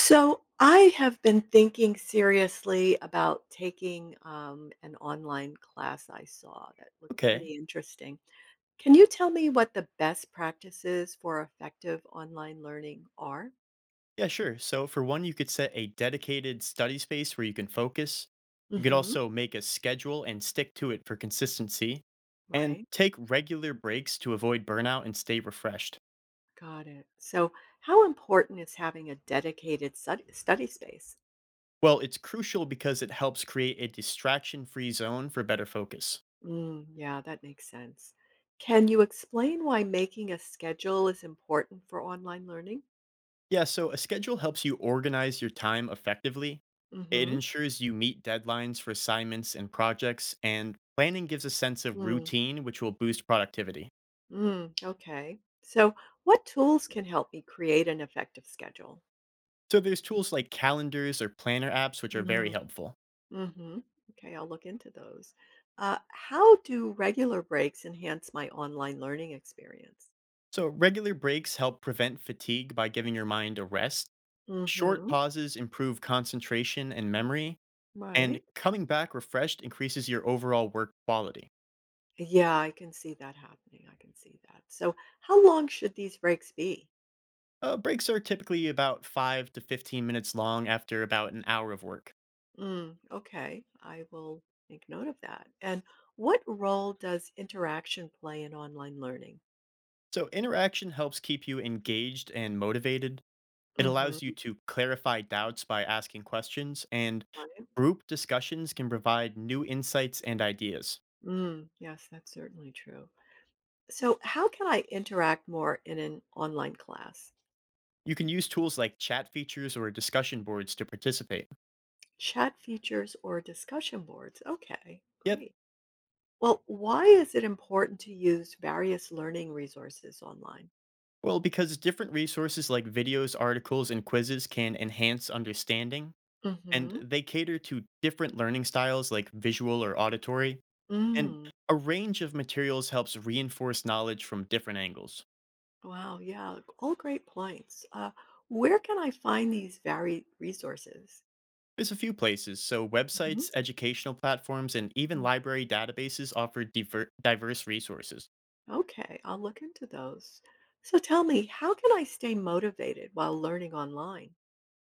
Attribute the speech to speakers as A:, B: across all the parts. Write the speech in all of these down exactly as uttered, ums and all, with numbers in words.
A: So I have been thinking seriously about taking um, an online class I saw that looked
B: Okay.
A: pretty interesting. Can you tell me what the best practices for effective online learning are?
B: Yeah, sure. So, for one, you could set a dedicated study space where you can focus. You could
A: Hmm.
B: also make a schedule and stick to it for consistency, and
A: Right.
B: take regular breaks to avoid burnout and stay refreshed.
A: Got it. So, how important is having a dedicated stud- study space?
B: Well, it's crucial because it helps create a distraction free zone for better focus.
A: Mm, yeah, that makes sense. Can you explain why making a schedule is important for online learning?
B: Yeah, so a schedule helps you organize your time effectively. It
A: Mm-hmm.
B: ensures you meet deadlines for assignments and projects, and planning gives a sense of routine, which will boost productivity.
A: Mm, okay. So, what tools can help me create an effective schedule?
B: So there's tools like calendars or planner apps, which are very
A: Mm.
B: helpful.
A: Hmm. Okay, I'll look into those. Uh, how do regular breaks enhance my online learning experience?
B: So regular breaks help prevent fatigue by giving your mind a rest. Short
A: Hmm.
B: pauses improve concentration and memory, and
A: Right.
B: coming back refreshed increases your overall work quality.
A: Yeah, I can see that happening. I can see that. So, how long should these breaks be?
B: Uh, breaks are typically about five to fifteen minutes long after about an hour of work.
A: Mm, okay, I will make note of that. And what role does interaction play in online learning?
B: So interaction helps keep you engaged and motivated. It allows you
A: Hmm.
B: to clarify doubts by asking questions, and
A: Right.
B: group discussions can provide new insights and ideas.
A: Mm, yes, that's certainly true. So, how can I interact more in an online class?
B: You can use tools like chat features or discussion boards to participate.
A: Chat features or discussion boards? Okay,
B: Yep.
A: great. Well, why is it important to use various learning resources online?
B: Well, because different resources like videos, articles, and quizzes can enhance understanding, and
A: Mm-hmm.
B: they cater to different learning styles like visual or auditory, and
A: Mm.
B: a range of materials helps reinforce knowledge from different angles.
A: Wow, yeah, all great points. Uh, where can I find these varied resources?
B: There's a few places, so websites,
A: Mhm.
B: educational platforms, and even
A: Mm.
B: library databases offer diver- diverse resources.
A: Okay, I'll look into those. So tell me, how can I stay motivated while learning online?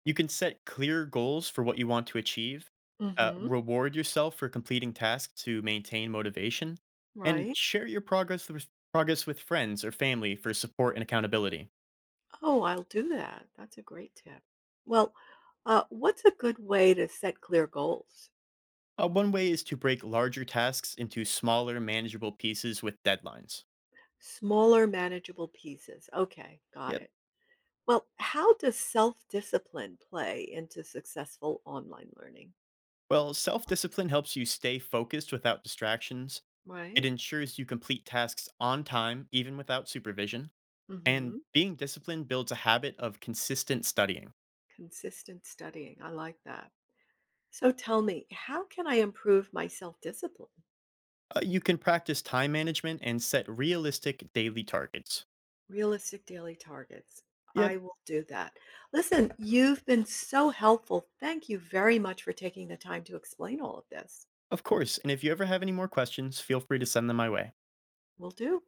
B: You can set clear goals for what you want to achieve, uh,
A: Mm-hmm.
B: reward yourself for completing tasks to maintain motivation, and
A: Right.
B: share your progress with, progress with friends or family for support and accountability.
A: Oh, I'll do that. That's a great tip. Well, uh, what's a good way to set clear goals?
B: Uh, one way is to break larger tasks into smaller, manageable pieces with deadlines.
A: Smaller, manageable pieces. Okay, got
B: Yep.
A: it. Well, how does self discipline play into successful online learning?
B: Well, self discipline helps you stay focused without distractions. It
A: Right?
B: ensures you complete tasks on time, even without supervision. And
A: Hmm.
B: being disciplined builds a habit of consistent studying.
A: Consistent studying. I like that. So tell me, how can I improve my self discipline?
B: Uh, you can practice time management and set realistic daily targets.
A: Realistic daily targets. I
B: Yep,
A: will do that. Listen, you've been so helpful. Thank you very much for taking the time to explain all of this.
B: of course. And if you ever have any more questions, feel free to send them my way.
A: Will do.